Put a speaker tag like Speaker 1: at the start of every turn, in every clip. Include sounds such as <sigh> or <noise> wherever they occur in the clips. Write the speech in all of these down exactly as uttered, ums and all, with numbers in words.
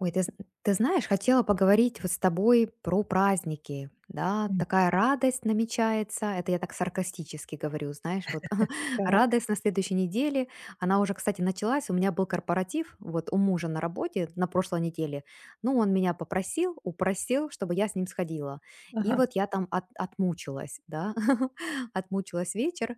Speaker 1: Ой, ты, зн- ты знаешь, хотела поговорить вот с тобой про праздники, да,
Speaker 2: М,
Speaker 1: такая радость намечается, это я так саркастически говорю, знаешь, вот <laughs>
Speaker 2: так,
Speaker 1: радость на следующей неделе, она уже, кстати, началась, у меня был корпоратив, вот у мужа на работе на прошлой неделе, ну, он меня попросил, упросил, чтобы я с ним сходила, и
Speaker 2: ага,
Speaker 1: вот я там от- отмучилась, да, <laughs> отмучилась вечер,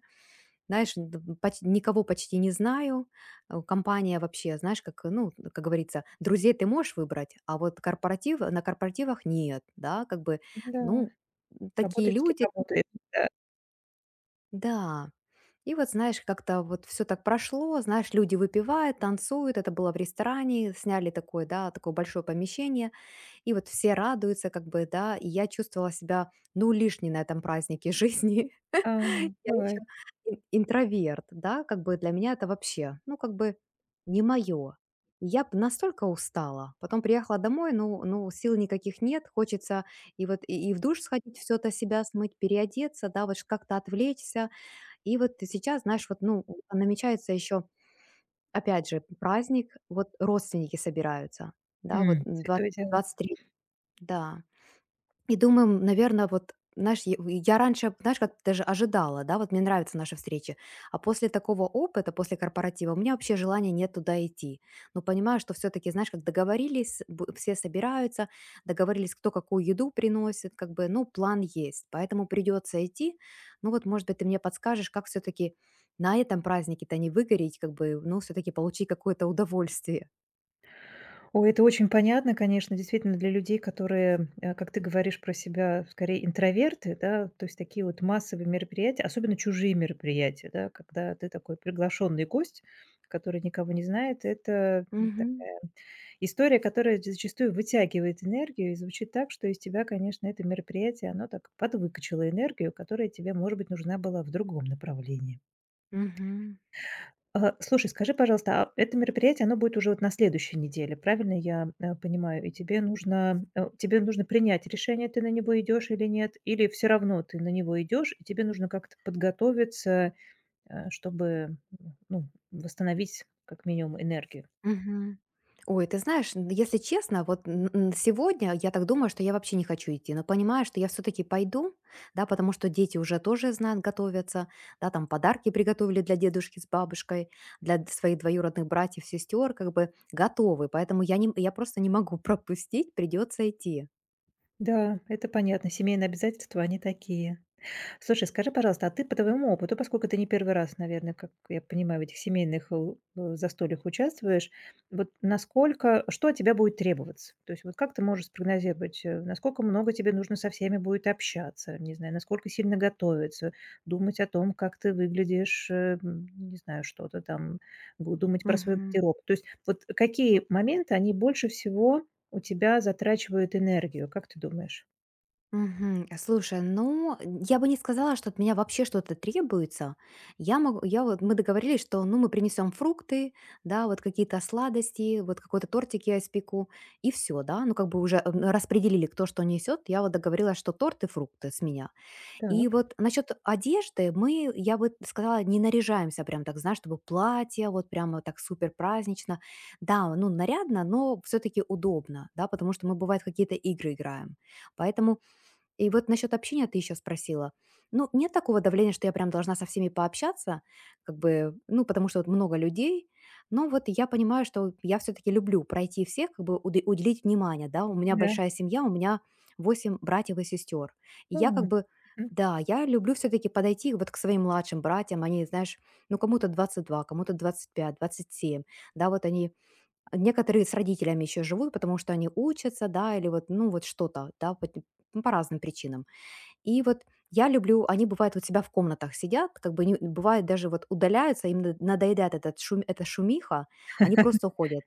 Speaker 1: знаешь, н- д поч никого почти не знаю. Э, компания вообще, знаешь, как, ну, как говорится, друзей ты можешь выбрать, а вот корпоратив на корпоративах нет, да, как бы,
Speaker 2: да,
Speaker 1: ну, такие
Speaker 2: работаешь, с кем
Speaker 1: люди.
Speaker 2: работаешь, да.
Speaker 1: Да. И вот, знаешь, как-то вот все так прошло, знаешь, люди выпивают, танцуют. Это было в ресторане, сняли такое, да, такое большое помещение, и вот все радуются, как бы, да, и я чувствовала себя, ну, лишней на этом празднике <laughs> жизни. <laughs>
Speaker 2: Ага,
Speaker 1: Я еще
Speaker 2: бывает.
Speaker 1: интроверт, да, как бы для меня это вообще, ну, как бы не мое. Я б настолько устала. Потом приехала домой, ну, ну, сил никаких нет, хочется и вот и, и в душ сходить, все это себя смыть, переодеться, да, вот ш- как-то отвлечься. И вот ты сейчас, знаешь, вот, ну, намечается еще, опять же, праздник, вот родственники собираются, да, вот
Speaker 2: М,
Speaker 1: двадцать
Speaker 2: святое дело.
Speaker 1: 23, да. И думаем, наверное, вот, знаешь, я я раньше, знаешь, как даже ожидала, да, вот мне нравятся наши встречи, а после такого опыта, после корпоратива, у меня вообще желания нет туда идти. Но понимаю, что все-таки, знаешь, как договорились, бу- все собираются, договорились, кто какую еду приносит, как бы, ну, план есть, поэтому придется идти. Ну вот, может быть, ты мне подскажешь, как все-таки на этом празднике-то не выгореть, как бы, ну, все-таки получить какое-то удовольствие.
Speaker 2: Ой, это очень понятно, конечно, действительно, для людей, которые, э, как ты говоришь про себя, скорее интроверты, да, то есть такие вот массовые мероприятия, особенно чужие мероприятия, да, когда ты такой приглашенный гость, который никого не знает, это,
Speaker 1: Угу.
Speaker 2: такая история, которая зачастую вытягивает энергию и звучит так, что из тебя, конечно, это мероприятие, оно так подвыкачало энергию, которая тебе, может быть, нужна была в другом направлении. А, слушай, скажи, пожалуйста, а это мероприятие, оно будет уже вот на следующей неделе, правильно я, э, понимаю? И тебе нужно, э, тебе нужно принять решение, ты на него идешь или нет, или все равно ты на него идешь, и тебе нужно как-то подготовиться, э, чтобы, м, ну, восстановить как минимум энергию.
Speaker 1: Мгм. Ой, ты знаешь, н если честно, вот н н сегодня я так думаю, что я вообще не хочу идти, но понимаю, что я все таки пойду, да, потому что дети уже тоже знают, готовятся, да, там подарки приготовили для дедушки с бабушкой, для д своих двоюродных братьев, сестер, как бы готовы, поэтому я не я просто не могу <laughs> пропустить, придется идти.
Speaker 2: Да, это понятно. Семейные обязательства, они такие. Слушай, скажи, пожалуйста, а ты по твоему опыту, поскольку ты не первый раз, наверное, как я понимаю, в этих семейных э, э, застольях участвуешь, вот насколько, что от тебя будет требоваться? То есть вот как ты можешь спрогнозировать, э, насколько много тебе нужно со всеми будет общаться, не знаю, насколько сильно готовиться, думать о том, как ты выглядишь, э, м, не знаю, что-то там, гу- думать про свой
Speaker 1: Мгм.
Speaker 2: гардероб. То есть вот какие моменты, они больше всего у тебя затрачивают энергию, как ты думаешь?
Speaker 1: Мгм. Слушай, ну, я бы не сказала, что от меня вообще что-то требуется. Я могу, я вот, мы договорились, что, ну, мы принесем фрукты, да, вот какие-то сладости, вот какой-то тортик я испеку, и все, да, ну, как бы уже м, распределили, кто что несет. Я вот договорилась, что торт и фрукты с меня. И
Speaker 2: Так.
Speaker 1: вот насчет одежды мы, я бы сказала, не наряжаемся прям так, знаешь, чтобы платье вот прямо так супер празднично. Да, ну, нарядно, но все-таки удобно, да, потому что мы, бывает, какие-то игры играем. Поэтому и вот насчет общения ты еще спросила. Ну, нет такого давления, что я прям должна со всеми пообщаться, как бы, ну, потому что вот много людей. Но вот я понимаю, что я все-таки люблю пройти всех, как бы уде- уделить внимание, да. У меня
Speaker 2: Да.
Speaker 1: большая семья, у меня восемь братьев и сестер. И
Speaker 2: Да.
Speaker 1: я как
Speaker 2: Мгм.
Speaker 1: бы, да, я люблю все-таки подойти вот к своим младшим братьям. Они, знаешь, ну, кому-то двадцать два, кому-то двадцать пять, двадцать семь. Да, вот они. Некоторые с родителями еще живут, потому что они учатся, да, или вот, ну, вот что-то, да, по, ну, по разным причинам. И вот я люблю, они бывают вот себя в комнатах сидят, как бы не- бывает даже вот удаляются, им на- надоедает этот шум, эта шумиха, они просто уходят.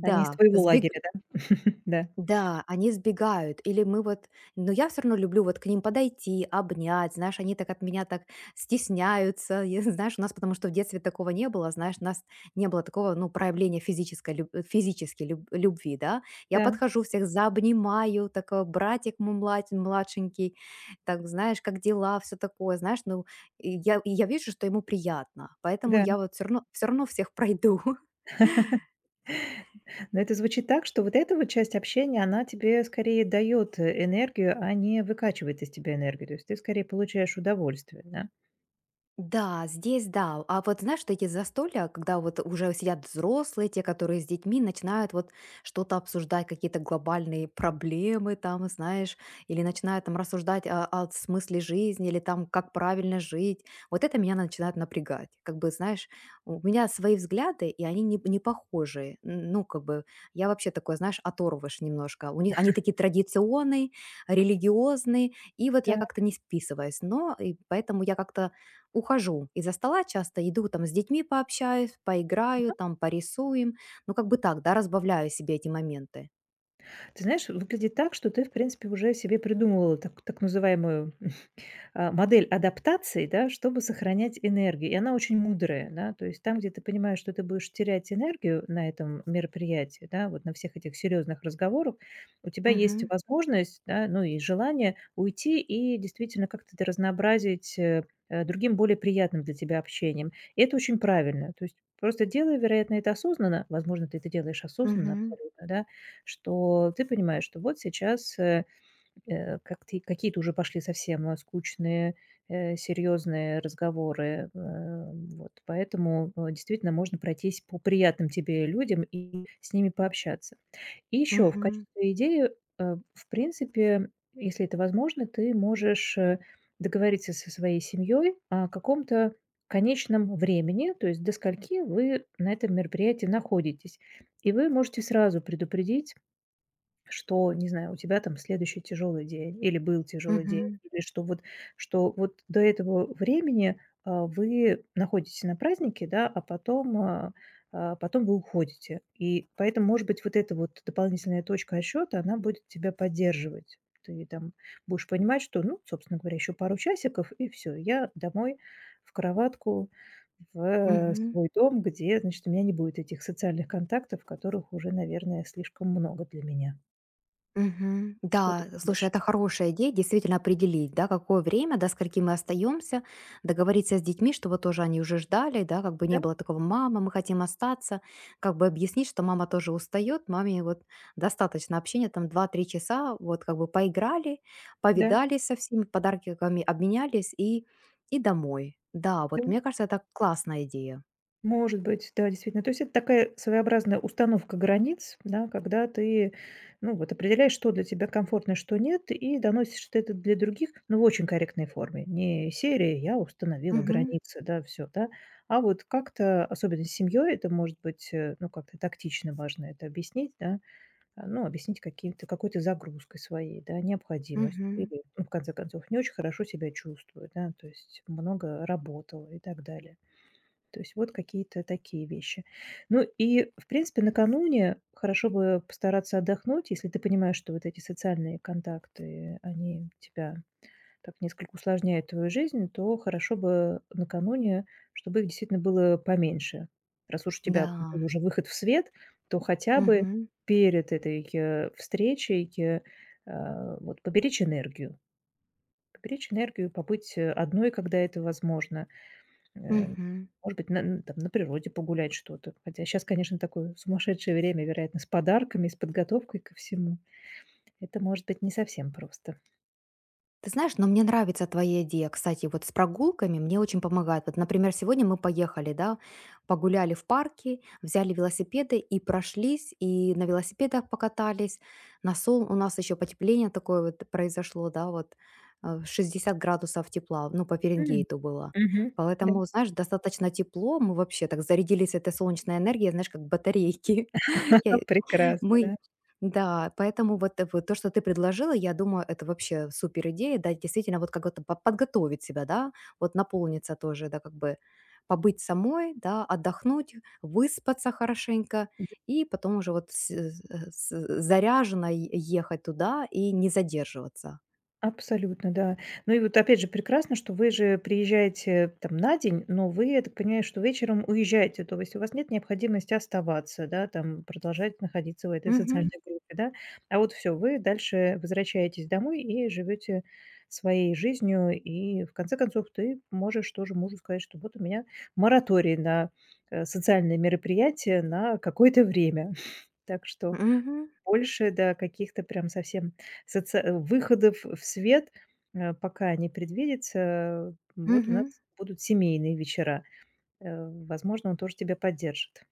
Speaker 2: Они из твоего лагеря, да? <laughs> Да,
Speaker 1: да, они сбегают. Или мы вот. Но я все равно люблю вот к ним подойти, обнять. Знаешь, они так от меня так стесняются. <laughs> Я знаешь, у нас, потому что в детстве такого не было, знаешь, у нас не было такого, ну, проявления физической люб э, физически люб любви, да. Я
Speaker 2: да,
Speaker 1: подхожу, всех заобнимаю, такой братик мой млад младшенький, так, знаешь, как дела, все такое, знаешь. Ну, и я и я вижу, что ему приятно, поэтому
Speaker 2: да.
Speaker 1: я вот все равно все равно всех пройду. <laughs>
Speaker 2: Но это звучит так, что вот эта вот часть общения, она тебе скорее дает, э, энергию, а не выкачивает из тебя энергию. То есть ты скорее получаешь удовольствие, да?
Speaker 1: Да, здесь да. А вот знаешь, что эти застолья, когда вот уже сидят взрослые, те, которые с детьми, начинают вот что-то обсуждать, какие-то глобальные проблемы там, знаешь, или начинают там рассуждать о, о смысле жизни, или там как правильно жить. Вот это меня начинает напрягать. Как бы, знаешь, у меня свои взгляды, и они не, не похожи. Н- Ну, как бы, я вообще такой, знаешь, оторвыш немножко. У них, они такие традиционные, религиозные, и вот я как-то
Speaker 2: Так.
Speaker 1: не списываюсь. Но и поэтому я как-то ухожу из-за стола часто, иду там с детьми пообщаюсь, поиграю, там порисуем. Ну, как бы так, да, разбавляю себе эти моменты.
Speaker 2: Ты знаешь, выглядит так, что ты, в принципе, уже себе придумывала так так называемую а, модель адаптации, да, чтобы сохранять энергию. И она очень мудрая, да, то есть там, где ты понимаешь, что ты будешь терять энергию на этом мероприятии, да, вот на всех этих серьезных разговорах, у тебя есть
Speaker 1: Мгм.
Speaker 2: возможность, да, ну и желание уйти и действительно как-то это разнообразить э, э, другим более приятным для тебя общением. И это очень правильно. То есть просто делай, вероятно, это осознанно, возможно, ты это делаешь осознанно
Speaker 1: Мгм.
Speaker 2: абсолютно, да, что ты понимаешь, что вот сейчас э, э, как ты какие-то уже пошли совсем, э, скучные, э, серьезные разговоры. Э, вот, поэтому, э, действительно можно пройтись по приятным тебе людям и с ними пообщаться. И еще в
Speaker 1: Мгм.
Speaker 2: качестве идеи, э, в принципе, если это возможно, ты можешь, э, договориться со своей семьей о каком-то конечном времени, то есть до скольки вы на этом мероприятии находитесь. И вы можете сразу предупредить что, не знаю, у тебя там следующий тяжелый день или был тяжелый день,
Speaker 1: Мгм.
Speaker 2: или что вот, что вот до этого времени, а, вы находитесь на празднике, да, а потом, а, а, потом вы уходите. И поэтому, может быть, вот эта вот дополнительная точка отсчета, она будет тебя поддерживать. Ты там будешь понимать, что, ну, собственно говоря, еще пару часиков, и все, я домой, в кроватку, в
Speaker 1: Мгм.
Speaker 2: свой дом, где, значит, у меня не будет этих социальных контактов, которых уже, наверное, слишком много для меня.
Speaker 1: Мгм.
Speaker 2: Что ты
Speaker 1: Да, слушай,
Speaker 2: думаешь?
Speaker 1: это хорошая идея, действительно определить, да, какое время, до скольки мы остаемся, договориться с детьми, чтобы тоже они уже ждали, да, как бы
Speaker 2: Да,
Speaker 1: не было такого, мама, мы хотим остаться, как бы объяснить, что мама тоже устает, маме вот достаточно общения, там два три часа, вот как бы поиграли,
Speaker 2: да,
Speaker 1: повидались со всеми, подарками обменялись и, и домой. Да,
Speaker 2: да,
Speaker 1: вот мне кажется, это классная идея.
Speaker 2: может быть, да, действительно. То есть это такая своеобразная установка границ, да, когда ты, ну, вот определяешь, что для тебя комфортно, что нет, и доносишь ты это для других, но в очень корректной форме. Не серии "я установила
Speaker 1: Мгм.
Speaker 2: границы", да, все да, а вот как-то, особенно с семьей, это может быть, э, ну, как-то тактично важно это объяснить, да. А, ну, объяснить каким-то какой-то загрузкой своей, да, необходимостью
Speaker 1: Мгм.
Speaker 2: или, ну, в конце концов, не очень хорошо себя чувствую, да, то есть много работала и так далее. То есть вот какие-то такие вещи. Ну и, в принципе, накануне хорошо бы постараться отдохнуть, если ты понимаешь, что вот эти социальные контакты, они тебя так несколько усложняет твою жизнь, то хорошо бы накануне, чтобы их действительно было поменьше. Раз уж у
Speaker 1: Да.
Speaker 2: тебя был уже выход в свет, то хотя бы
Speaker 1: Мгм.
Speaker 2: перед этой, э, встречей, э, а, вот поберечь энергию. Поберечь энергию, побыть, э, одной, когда это возможно. Э,
Speaker 1: Мгм.
Speaker 2: Может быть, на н там на природе погулять что-то. Хотя сейчас, конечно, такое сумасшедшее время, вероятно, с подарками, с подготовкой ко всему. Это может быть не совсем просто.
Speaker 1: Ты знаешь, но мне нравится твоя идея. Кстати, вот с прогулками мне очень помогает. Вот, например, сегодня мы поехали, да, погуляли в парке, взяли велосипеды и прошлись, и на велосипедах покатались. На сол У нас еще потепление такое вот произошло, да, вот э, шестьдесят градусов тепла, ну, по
Speaker 2: М,
Speaker 1: Ференгейту было.
Speaker 2: мгм, да.
Speaker 1: Поэтому, знаешь, достаточно тепло, мы вообще так зарядились этой солнечной энергией, знаешь, как батарейки. <laughs>
Speaker 2: <laughs> Прекрасно,
Speaker 1: Мы,
Speaker 2: да.
Speaker 1: да, поэтому вот, э, вот то, что ты предложила, я думаю, это вообще супер идея, да, действительно, вот как будто по- подготовить себя, да, вот наполниться тоже, да, как бы побыть самой, да, отдохнуть, выспаться хорошенько,
Speaker 2: Д
Speaker 1: и потом уже вот с- э, с- э, заряженно е- ехать туда и не задерживаться.
Speaker 2: абсолютно, да. Ну и вот опять же прекрасно, что вы же приезжаете там на день, но вы, я так понимаю, что вечером уезжаете. То есть у вас нет необходимости оставаться, да, там продолжать находиться в этой <laughs> социальной
Speaker 1: Мгм.
Speaker 2: группе, да. А вот все, вы дальше возвращаетесь домой и живете своей жизнью. И в конце концов ты можешь тоже мужу сказать, что вот у меня мораторий на, э, социальные мероприятия на какое-то время. <laughs> Так что
Speaker 1: Мгм.
Speaker 2: больше, да, каких-то прям совсем соци выходов в свет, э, пока не предвидится. Вот у
Speaker 1: Мгм.
Speaker 2: нас будут семейные вечера. Э, возможно, он тоже тебя поддержит.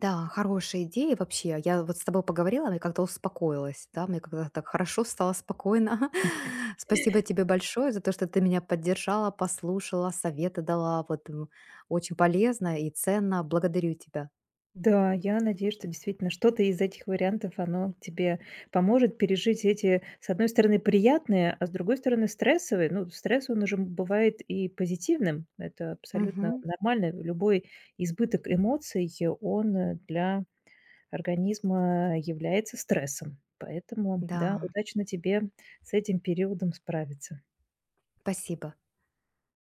Speaker 1: Да, хорошая идея вообще. Я вот с тобой поговорила, мне как-то успокоилась, да, мне как-то так хорошо стало, спокойно. <laughs> Спасибо тебе большое за то, что ты меня поддержала, послушала, советы дала. Вот м, очень полезно и ценно. Благодарю тебя.
Speaker 2: Да, я надеюсь, что действительно что-то из этих вариантов, оно тебе поможет пережить эти, с одной стороны, приятные, а с другой стороны, стрессовые. Ну, стресс, он уже м- бывает и позитивным. Это абсолютно
Speaker 1: Мгм.
Speaker 2: нормально. Любой избыток эмоций, э, он, э, для организма э, является стрессом. Поэтому, да,
Speaker 1: Да,
Speaker 2: удачно тебе с этим периодом справиться.
Speaker 1: спасибо.